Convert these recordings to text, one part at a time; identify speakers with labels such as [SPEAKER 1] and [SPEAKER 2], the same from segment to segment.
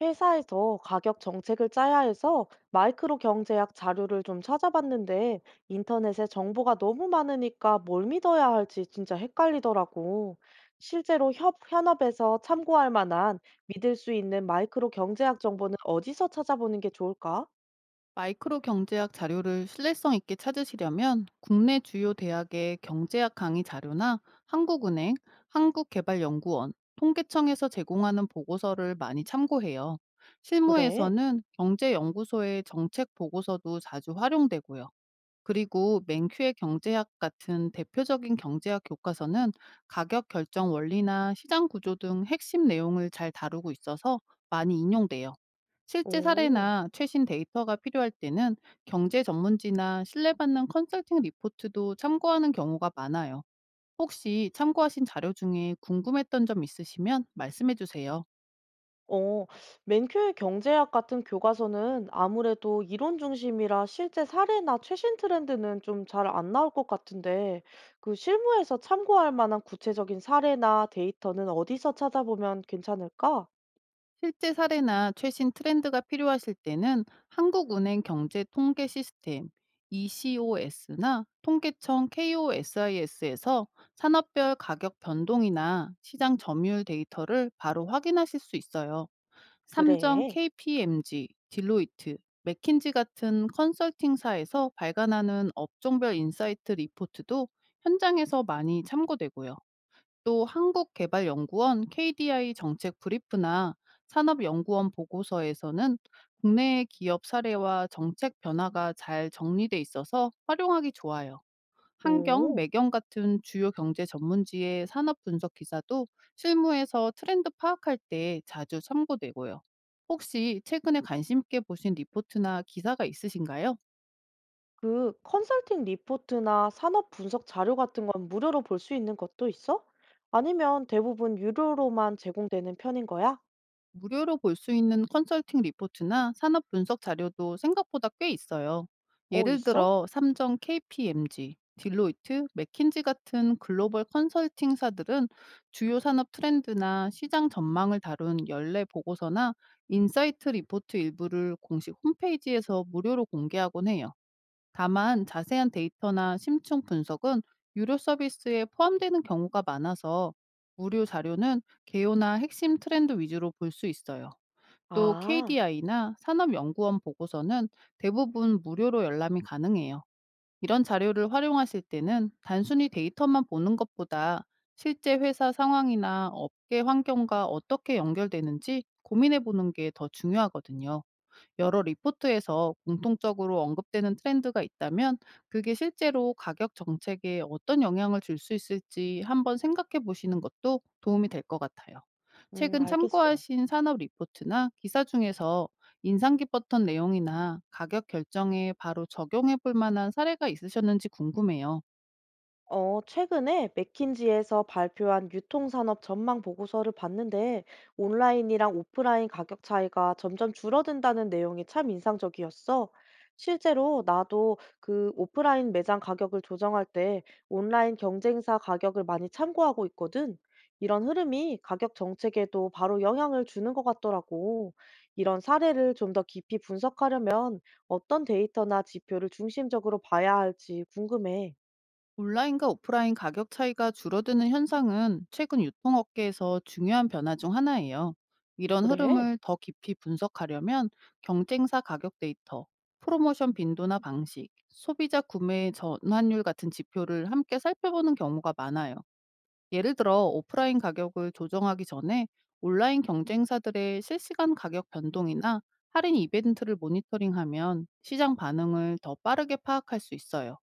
[SPEAKER 1] 회사에서 가격 정책을 짜야 해서 마이크로 경제학 자료를 좀 찾아봤는데 인터넷에 정보가 너무 많으니까 뭘 믿어야 할지 진짜 헷갈리더라고. 실제로 현업에서 참고할 만한 믿을 수 있는 마이크로 경제학 정보는 어디서 찾아보는 게 좋을까?
[SPEAKER 2] 마이크로 경제학 자료를 신뢰성 있게 찾으시려면 국내 주요 대학의 경제학 강의 자료나 한국은행, 한국개발연구원, 통계청에서 제공하는 보고서를 많이 참고해요.
[SPEAKER 1] 그래.
[SPEAKER 2] 실무에서는 경제연구소의 정책 보고서도 자주 활용되고요. 그리고 맨큐의 경제학 같은 대표적인 경제학 교과서는 가격 결정 원리나 시장 구조 등 핵심 내용을 잘 다루고 있어서 많이 인용돼요. 실제
[SPEAKER 1] 오.
[SPEAKER 2] 사례나 최신 데이터가 필요할 때는 경제 전문지나 신뢰받는 컨설팅 리포트도 참고하는 경우가 많아요. 혹시 참고하신 자료 중에 궁금했던 점 있으시면 말씀해 주세요.
[SPEAKER 1] 어, 맨큐의 경제학 같은 교과서는 아무래도 이론 중심이라 실제 사례나 최신 트렌드는 좀 잘 안 나올 것 같은데, 그 실무에서 참고할 만한 구체적인 사례나 데이터는 어디서 찾아보면 괜찮을까?
[SPEAKER 2] 실제 사례나 최신 트렌드가 필요하실 때는 한국은행 경제통계 시스템 ECOS나 통계청 KOSIS에서 산업별 가격 변동이나 시장 점유율 데이터를 바로 확인하실 수 있어요. 삼정
[SPEAKER 1] 그래.
[SPEAKER 2] KPMG, 딜로이트, 맥킨지 같은 컨설팅사에서 발간하는 업종별 인사이트 리포트도 현장에서 많이 참고되고요. 또 한국개발연구원 KDI 정책 브리프나 산업연구원 보고서에서는 국내 기업 사례와 정책 변화가 잘 정리돼 있어서 활용하기 좋아요. 환경,
[SPEAKER 1] 오,
[SPEAKER 2] 매경 같은 주요 경제 전문지의 산업 분석 기사도 실무에서 트렌드 파악할 때 자주 참고되고요. 혹시 최근에 관심 있게 보신 리포트나 기사가 있으신가요?
[SPEAKER 1] 그 컨설팅 리포트나 산업 분석 자료 같은 건 무료로 볼 수 있는 것도 있어? 아니면 대부분 유료로만 제공되는 편인 거야?
[SPEAKER 2] 무료로 볼 수 있는 컨설팅 리포트나 산업 분석 자료도 생각보다 꽤 있어요.
[SPEAKER 1] 어,
[SPEAKER 2] 예를
[SPEAKER 1] 있어?
[SPEAKER 2] 들어 삼정 KPMG, 딜로이트, 맥킨지 같은 글로벌 컨설팅사들은 주요 산업 트렌드나 시장 전망을 다룬 연례 보고서나 인사이트 리포트 일부를 공식 홈페이지에서 무료로 공개하곤 해요. 다만 자세한 데이터나 심층 분석은 유료 서비스에 포함되는 경우가 많아서 무료 자료는 개요나 핵심 트렌드 위주로 볼 수 있어요. 또
[SPEAKER 1] 아,
[SPEAKER 2] KDI나 산업연구원 보고서는 대부분 무료로 열람이 가능해요. 이런 자료를 활용하실 때는 단순히 데이터만 보는 것보다 실제 회사 상황이나 업계 환경과 어떻게 연결되는지 고민해 보는 게 더 중요하거든요. 여러 리포트에서 공통적으로 언급되는 트렌드가 있다면 그게 실제로 가격 정책에 어떤 영향을 줄 수 있을지 한번 생각해 보시는 것도 도움이 될 것 같아요. 최근
[SPEAKER 1] 알겠어.
[SPEAKER 2] 참고하신 산업 리포트나 기사 중에서 인상 깊었던 내용이나 가격 결정에 바로 적용해 볼 만한 사례가 있으셨는지 궁금해요.
[SPEAKER 1] 최근에 맥킨지에서 발표한 유통산업 전망 보고서를 봤는데 온라인이랑 오프라인 가격 차이가 점점 줄어든다는 내용이 참 인상적이었어. 실제로 나도 그 오프라인 매장 가격을 조정할 때 온라인 경쟁사 가격을 많이 참고하고 있거든. 이런 흐름이 가격 정책에도 바로 영향을 주는 것 같더라고. 이런 사례를 좀 더 깊이 분석하려면 어떤 데이터나 지표를 중심적으로 봐야 할지 궁금해.
[SPEAKER 2] 온라인과 오프라인 가격 차이가 줄어드는 현상은 최근 유통업계에서 중요한 변화 중 하나예요. 이런
[SPEAKER 1] 그래?
[SPEAKER 2] 흐름을 더 깊이 분석하려면 경쟁사 가격 데이터, 프로모션 빈도나 방식, 소비자 구매 전환율 같은 지표를 함께 살펴보는 경우가 많아요. 예를 들어 오프라인 가격을 조정하기 전에 온라인 경쟁사들의 실시간 가격 변동이나 할인 이벤트를 모니터링하면 시장 반응을 더 빠르게 파악할 수 있어요.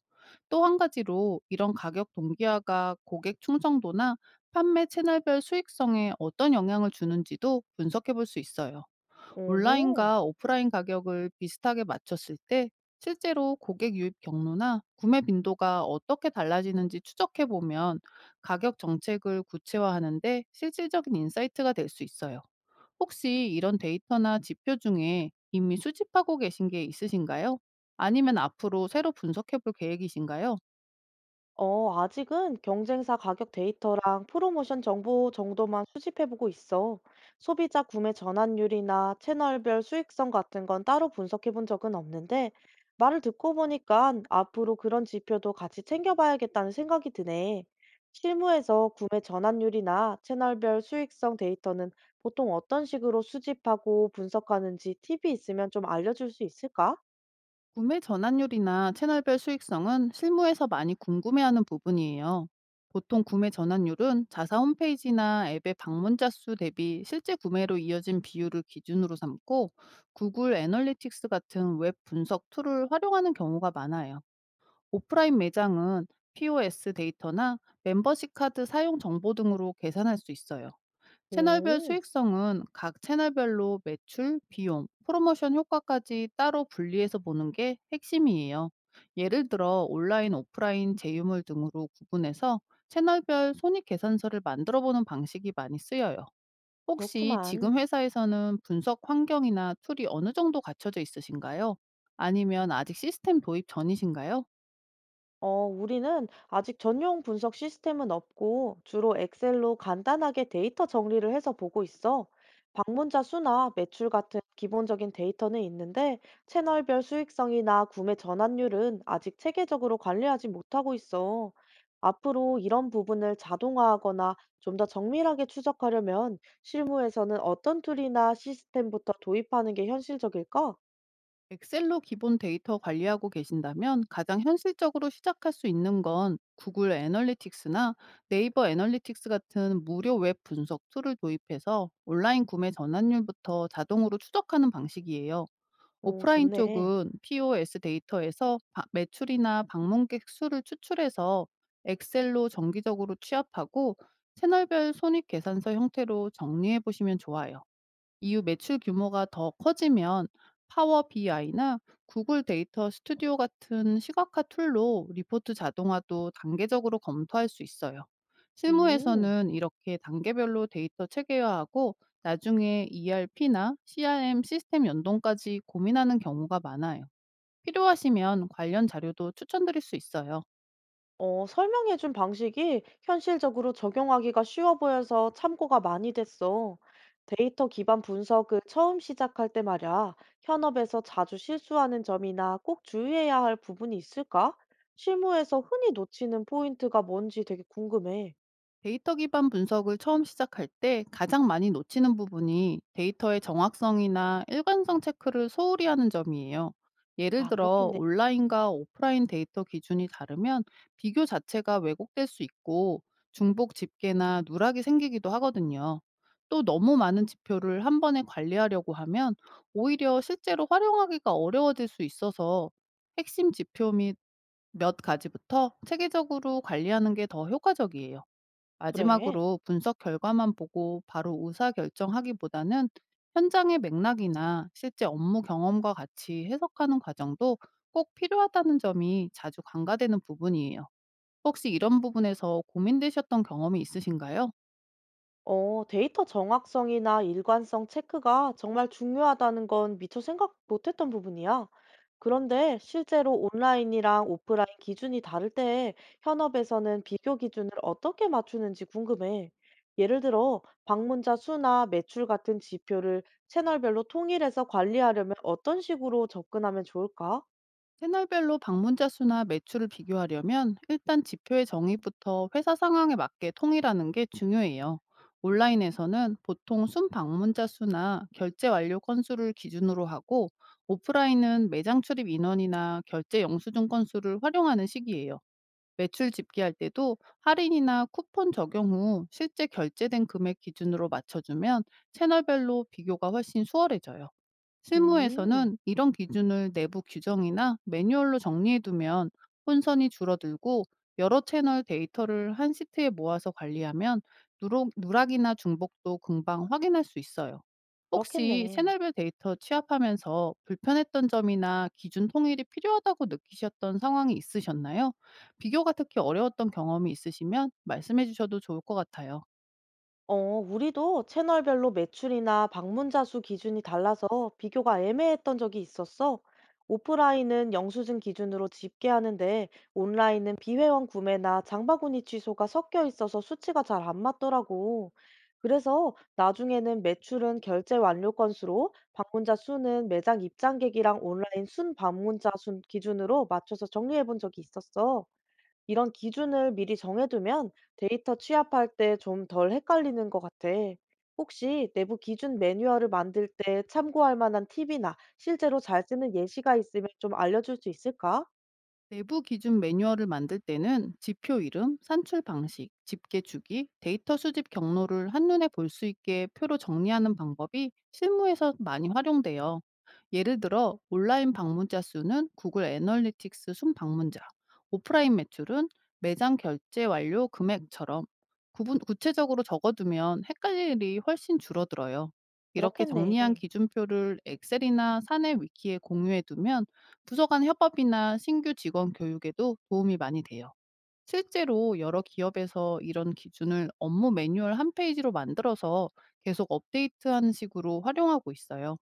[SPEAKER 2] 또 한 가지로 이런 가격 동기화가 고객 충성도나 판매 채널별 수익성에 어떤 영향을 주는지도 분석해 볼 수 있어요.
[SPEAKER 1] 오호.
[SPEAKER 2] 온라인과 오프라인 가격을 비슷하게 맞췄을 때 실제로 고객 유입 경로나 구매 빈도가 어떻게 달라지는지 추적해 보면 가격 정책을 구체화하는데 실질적인 인사이트가 될 수 있어요. 혹시 이런 데이터나 지표 중에 이미 수집하고 계신 게 있으신가요? 아니면 앞으로 새로 분석해 볼 계획이신가요?
[SPEAKER 1] 아직은 경쟁사 가격 데이터랑 프로모션 정보 정도만 수집해보고 있어. 소비자 구매 전환율이나 채널별 수익성 같은 건 따로 분석해본 적은 없는데, 말을 듣고 보니까 앞으로 그런 지표도 같이 챙겨봐야겠다는 생각이 드네. 실무에서 구매 전환율이나 채널별 수익성 데이터는 보통 어떤 식으로 수집하고 분석하는지 팁이 있으면 좀 알려줄 수 있을까?
[SPEAKER 2] 구매 전환율이나 채널별 수익성은 실무에서 많이 궁금해하는 부분이에요. 보통 구매 전환율은 자사 홈페이지나 앱의 방문자 수 대비 실제 구매로 이어진 비율을 기준으로 삼고 구글 애널리틱스 같은 웹 분석 툴을 활용하는 경우가 많아요. 오프라인 매장은 POS 데이터나 멤버십 카드 사용 정보 등으로 계산할 수 있어요. 채널별
[SPEAKER 1] 오,
[SPEAKER 2] 수익성은 각 채널별로 매출, 비용, 프로모션 효과까지 따로 분리해서 보는 게 핵심이에요. 예를 들어 온라인, 오프라인 제휴물 등으로 구분해서 채널별 손익 계산서를 만들어 보는 방식이 많이 쓰여요. 혹시
[SPEAKER 1] 그렇구만.
[SPEAKER 2] 지금 회사에서는 분석 환경이나 툴이 어느 정도 갖춰져 있으신가요? 아니면 아직 시스템 도입 전이신가요?
[SPEAKER 1] 우리는 아직 전용 분석 시스템은 없고 주로 엑셀로 간단하게 데이터 정리를 해서 보고 있어. 방문자 수나 매출 같은 기본적인 데이터는 있는데 채널별 수익성이나 구매 전환율은 아직 체계적으로 관리하지 못하고 있어. 앞으로 이런 부분을 자동화하거나 좀 더 정밀하게 추적하려면 실무에서는 어떤 툴이나 시스템부터 도입하는 게 현실적일까?
[SPEAKER 2] 엑셀로 기본 데이터 관리하고 계신다면 가장 현실적으로 시작할 수 있는 건 구글 애널리틱스나 네이버 애널리틱스 같은 무료 웹 분석 툴을 도입해서 온라인 구매 전환율부터 자동으로 추적하는 방식이에요.
[SPEAKER 1] 오,
[SPEAKER 2] 오프라인
[SPEAKER 1] 좋네.
[SPEAKER 2] 쪽은 POS 데이터에서 매출이나 방문객 수를 추출해서 엑셀로 정기적으로 취합하고 채널별 손익 계산서 형태로 정리해 보시면 좋아요. 이후 매출 규모가 더 커지면 파워 BI나 구글 데이터 스튜디오 같은 시각화 툴로 리포트 자동화도 단계적으로 검토할 수 있어요.
[SPEAKER 1] 음.
[SPEAKER 2] 실무에서는 이렇게 단계별로 데이터 체계화하고 나중에 ERP나 CRM 시스템 연동까지 고민하는 경우가 많아요. 필요하시면 관련 자료도 추천드릴 수 있어요.
[SPEAKER 1] 설명해준 방식이 현실적으로 적용하기가 쉬워 보여서 참고가 많이 됐어. 데이터 기반 분석을 처음 시작할 때 말야, 현업에서 자주 실수하는 점이나 꼭 주의해야 할 부분이 있을까? 실무에서 흔히 놓치는 포인트가 뭔지 되게 궁금해.
[SPEAKER 2] 데이터 기반 분석을 처음 시작할 때 가장 많이 놓치는 부분이 데이터의 정확성이나 일관성 체크를 소홀히 하는 점이에요. 예를
[SPEAKER 1] 아,
[SPEAKER 2] 들어
[SPEAKER 1] 그렇겠네.
[SPEAKER 2] 온라인과 오프라인 데이터 기준이 다르면 비교 자체가 왜곡될 수 있고 중복 집계나 누락이 생기기도 하거든요. 또 너무 많은 지표를 한 번에 관리하려고 하면 오히려 실제로 활용하기가 어려워질 수 있어서 핵심 지표 및 몇 가지부터 체계적으로 관리하는 게 더 효과적이에요.
[SPEAKER 1] 그래.
[SPEAKER 2] 마지막으로 분석 결과만 보고 바로 의사 결정하기보다는 현장의 맥락이나 실제 업무 경험과 같이 해석하는 과정도 꼭 필요하다는 점이 자주 간과되는 부분이에요. 혹시 이런 부분에서 고민되셨던 경험이 있으신가요?
[SPEAKER 1] 데이터 정확성이나 일관성 체크가 정말 중요하다는 건 미처 생각 못했던 부분이야. 그런데 실제로 온라인이랑 오프라인 기준이 다를 때 현업에서는 비교 기준을 어떻게 맞추는지 궁금해. 예를 들어, 방문자 수나 매출 같은 지표를 채널별로 통일해서 관리하려면 어떤 식으로 접근하면 좋을까?
[SPEAKER 2] 채널별로 방문자 수나 매출을 비교하려면 일단 지표의 정의부터 회사 상황에 맞게 통일하는 게 중요해요. 온라인에서는 보통 순 방문자 수나 결제 완료 건수를 기준으로 하고 오프라인은 매장 출입 인원이나 결제 영수증 건수를 활용하는 시기예요. 매출 집계할 때도 할인이나 쿠폰 적용 후 실제 결제된 금액 기준으로 맞춰주면 채널별로 비교가 훨씬 수월해져요.
[SPEAKER 1] 음,
[SPEAKER 2] 실무에서는 이런 기준을 내부 규정이나 매뉴얼로 정리해두면 혼선이 줄어들고 여러 채널 데이터를 한 시트에 모아서 관리하면 누락이나 중복도 금방 확인할 수 있어요. 혹시
[SPEAKER 1] 그렇겠네.
[SPEAKER 2] 채널별 데이터 취합하면서 불편했던 점이나 기준 통일이 필요하다고 느끼셨던 상황이 있으셨나요? 비교가 특히 어려웠던 경험이 있으시면 말씀해 주셔도 좋을 것 같아요.
[SPEAKER 1] 우리도 채널별로 매출이나 방문자 수 기준이 달라서 비교가 애매했던 적이 있었어. 오프라인은 영수증 기준으로 집계하는데 온라인은 비회원 구매나 장바구니 취소가 섞여 있어서 수치가 잘 안 맞더라고. 그래서 나중에는 매출은 결제 완료 건수로, 방문자 수는 매장 입장객이랑 온라인 순 방문자 수 기준으로 맞춰서 정리해 본 적이 있었어. 이런 기준을 미리 정해두면 데이터 취합할 때 좀 덜 헷갈리는 것 같아. 혹시 내부 기준 매뉴얼을 만들 때 참고할 만한 팁이나 실제로 잘 쓰는 예시가 있으면 좀 알려줄 수 있을까?
[SPEAKER 2] 내부 기준 매뉴얼을 만들 때는 지표 이름, 산출 방식, 집계 주기, 데이터 수집 경로를 한눈에 볼 수 있게 표로 정리하는 방법이 실무에서 많이 활용돼요. 예를 들어 온라인 방문자 수는 구글 애널리틱스 순 방문자, 오프라인 매출은 매장 결제 완료 금액처럼 구분 구체적으로 적어두면 헷갈릴 일이 훨씬 줄어들어요. 이렇게
[SPEAKER 1] 그렇겠네.
[SPEAKER 2] 정리한 기준표를 엑셀이나 사내 위키에 공유해두면 부서 간 협업이나 신규 직원 교육에도 도움이 많이 돼요. 실제로 여러 기업에서 이런 기준을 업무 매뉴얼 한 페이지로 만들어서 계속 업데이트하는 식으로 활용하고 있어요.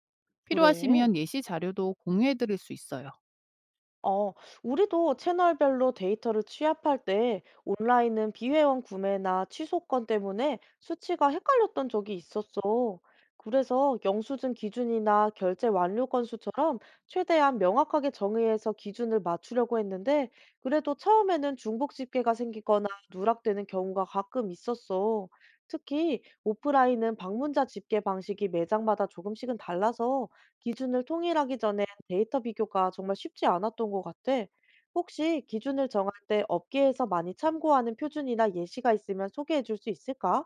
[SPEAKER 1] 그래.
[SPEAKER 2] 필요하시면 예시 자료도 공유해 드릴 수 있어요.
[SPEAKER 1] 어, 우리도 채널별로 데이터를 취합할 때 온라인은 비회원 구매나 취소권 때문에 수치가 헷갈렸던 적이 있었어. 그래서 영수증 기준이나 결제 완료 건수처럼 최대한 명확하게 정의해서 기준을 맞추려고 했는데 그래도 처음에는 중복 집계가 생기거나 누락되는 경우가 가끔 있었어. 특히 오프라인은 방문자 집계 방식이 매장마다 조금씩은 달라서 기준을 통일하기 전에 데이터 비교가 정말 쉽지 않았던 것 같아. 혹시 기준을 정할 때 업계에서 많이 참고하는 표준이나 예시가 있으면 소개해 줄 수 있을까?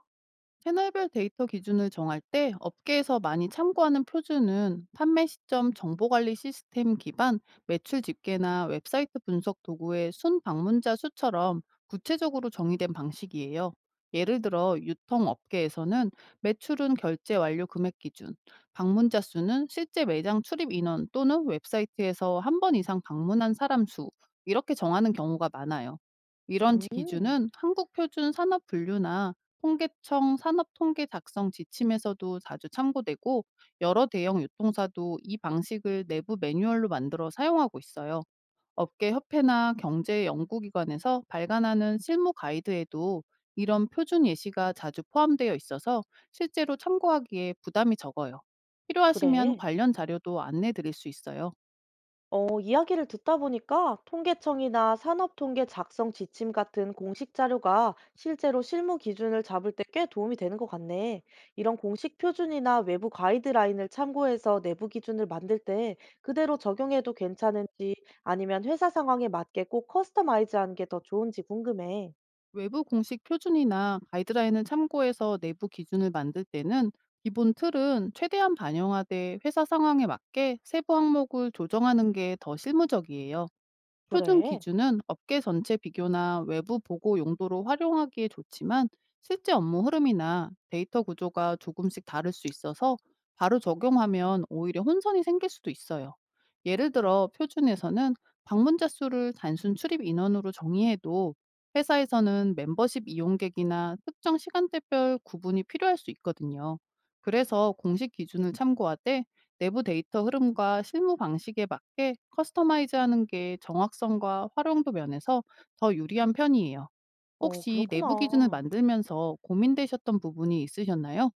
[SPEAKER 2] 채널별 데이터 기준을 정할 때 업계에서 많이 참고하는 표준은 판매 시점 정보관리 시스템 기반 매출 집계나 웹사이트 분석 도구의 순 방문자 수처럼 구체적으로 정의된 방식이에요. 예를 들어 유통 업계에서는 매출은 결제 완료 금액 기준, 방문자 수는 실제 매장 출입 인원 또는 웹사이트에서 한 번 이상 방문한 사람 수 이렇게 정하는 경우가 많아요. 이런
[SPEAKER 1] 음,
[SPEAKER 2] 기준은 한국 표준 산업 분류나 통계청 산업통계 작성 지침에서도 자주 참고되고 여러 대형 유통사도 이 방식을 내부 매뉴얼로 만들어 사용하고 있어요. 업계 협회나 경제 연구기관에서 발간하는 실무 가이드에도 이런 표준 예시가 자주 포함되어 있어서 실제로 참고하기에 부담이 적어요. 필요하시면
[SPEAKER 1] 그래.
[SPEAKER 2] 관련 자료도 안내 드릴 수 있어요.
[SPEAKER 1] 이야기를 듣다 보니까 통계청이나 산업통계 작성 지침 같은 공식 자료가 실제로 실무 기준을 잡을 때 꽤 도움이 되는 것 같네. 이런 공식 표준이나 외부 가이드라인을 참고해서 내부 기준을 만들 때 그대로 적용해도 괜찮은지 아니면 회사 상황에 맞게 꼭 커스터마이즈하는 게 더 좋은지 궁금해.
[SPEAKER 2] 외부 공식 표준이나 가이드라인을 참고해서 내부 기준을 만들 때는 기본 틀은 최대한 반영하되 회사 상황에 맞게 세부 항목을 조정하는 게 더 실무적이에요. 표준
[SPEAKER 1] 그래?
[SPEAKER 2] 기준은 업계 전체 비교나 외부 보고 용도로 활용하기에 좋지만 실제 업무 흐름이나 데이터 구조가 조금씩 다를 수 있어서 바로 적용하면 오히려 혼선이 생길 수도 있어요. 예를 들어 표준에서는 방문자 수를 단순 출입 인원으로 정의해도 회사에서는 멤버십 이용객이나 특정 시간대별 구분이 필요할 수 있거든요. 그래서 공식 기준을 참고하되 내부 데이터 흐름과 실무 방식에 맞게 커스터마이즈하는 게 정확성과 활용도 면에서 더 유리한 편이에요. 혹시 내부 기준을
[SPEAKER 1] 그렇구나.
[SPEAKER 2] 만들면서 고민되셨던 부분이 있으셨나요?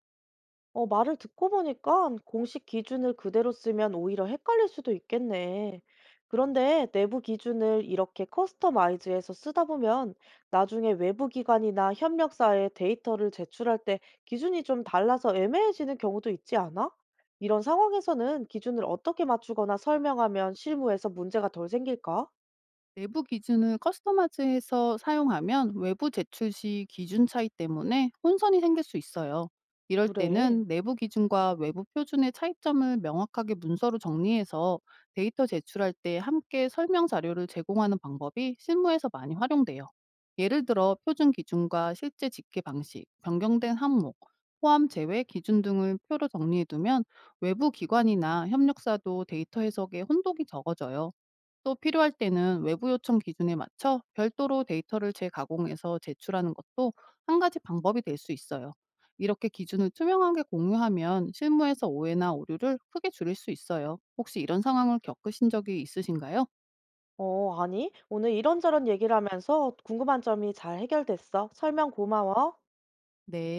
[SPEAKER 1] 말을 듣고 보니까 공식 기준을 그대로 쓰면 오히려 헷갈릴 수도 있겠네. 그런데 내부 기준을 이렇게 커스터마이즈해서 쓰다 보면 나중에 외부 기관이나 협력사에 데이터를 제출할 때 기준이 좀 달라서 애매해지는 경우도 있지 않아? 이런 상황에서는 기준을 어떻게 맞추거나 설명하면 실무에서 문제가 덜 생길까?
[SPEAKER 2] 내부 기준을 커스터마즈해서 사용하면 외부 제출 시 기준 차이 때문에 혼선이 생길 수 있어요. 이럴
[SPEAKER 1] 그래.
[SPEAKER 2] 때는 내부 기준과 외부 표준의 차이점을 명확하게 문서로 정리해서 데이터 제출할 때 함께 설명 자료를 제공하는 방법이 실무에서 많이 활용돼요. 예를 들어 표준 기준과 실제 집계 방식, 변경된 항목, 포함 제외 기준 등을 표로 정리해두면 외부 기관이나 협력사도 데이터 해석에 혼동이 적어져요. 또 필요할 때는 외부 요청 기준에 맞춰 별도로 데이터를 재가공해서 제출하는 것도 한 가지 방법이 될 수 있어요. 이렇게 기준을 투명하게 공유하면 실무에서 오해나 오류를 크게 줄일 수 있어요. 혹시 이런 상황을 겪으신 적이 있으신가요?
[SPEAKER 1] 어, 아니, 오늘 이런저런 얘기를 하면서 궁금한 점이 잘 해결됐어. 설명 고마워.
[SPEAKER 2] 네.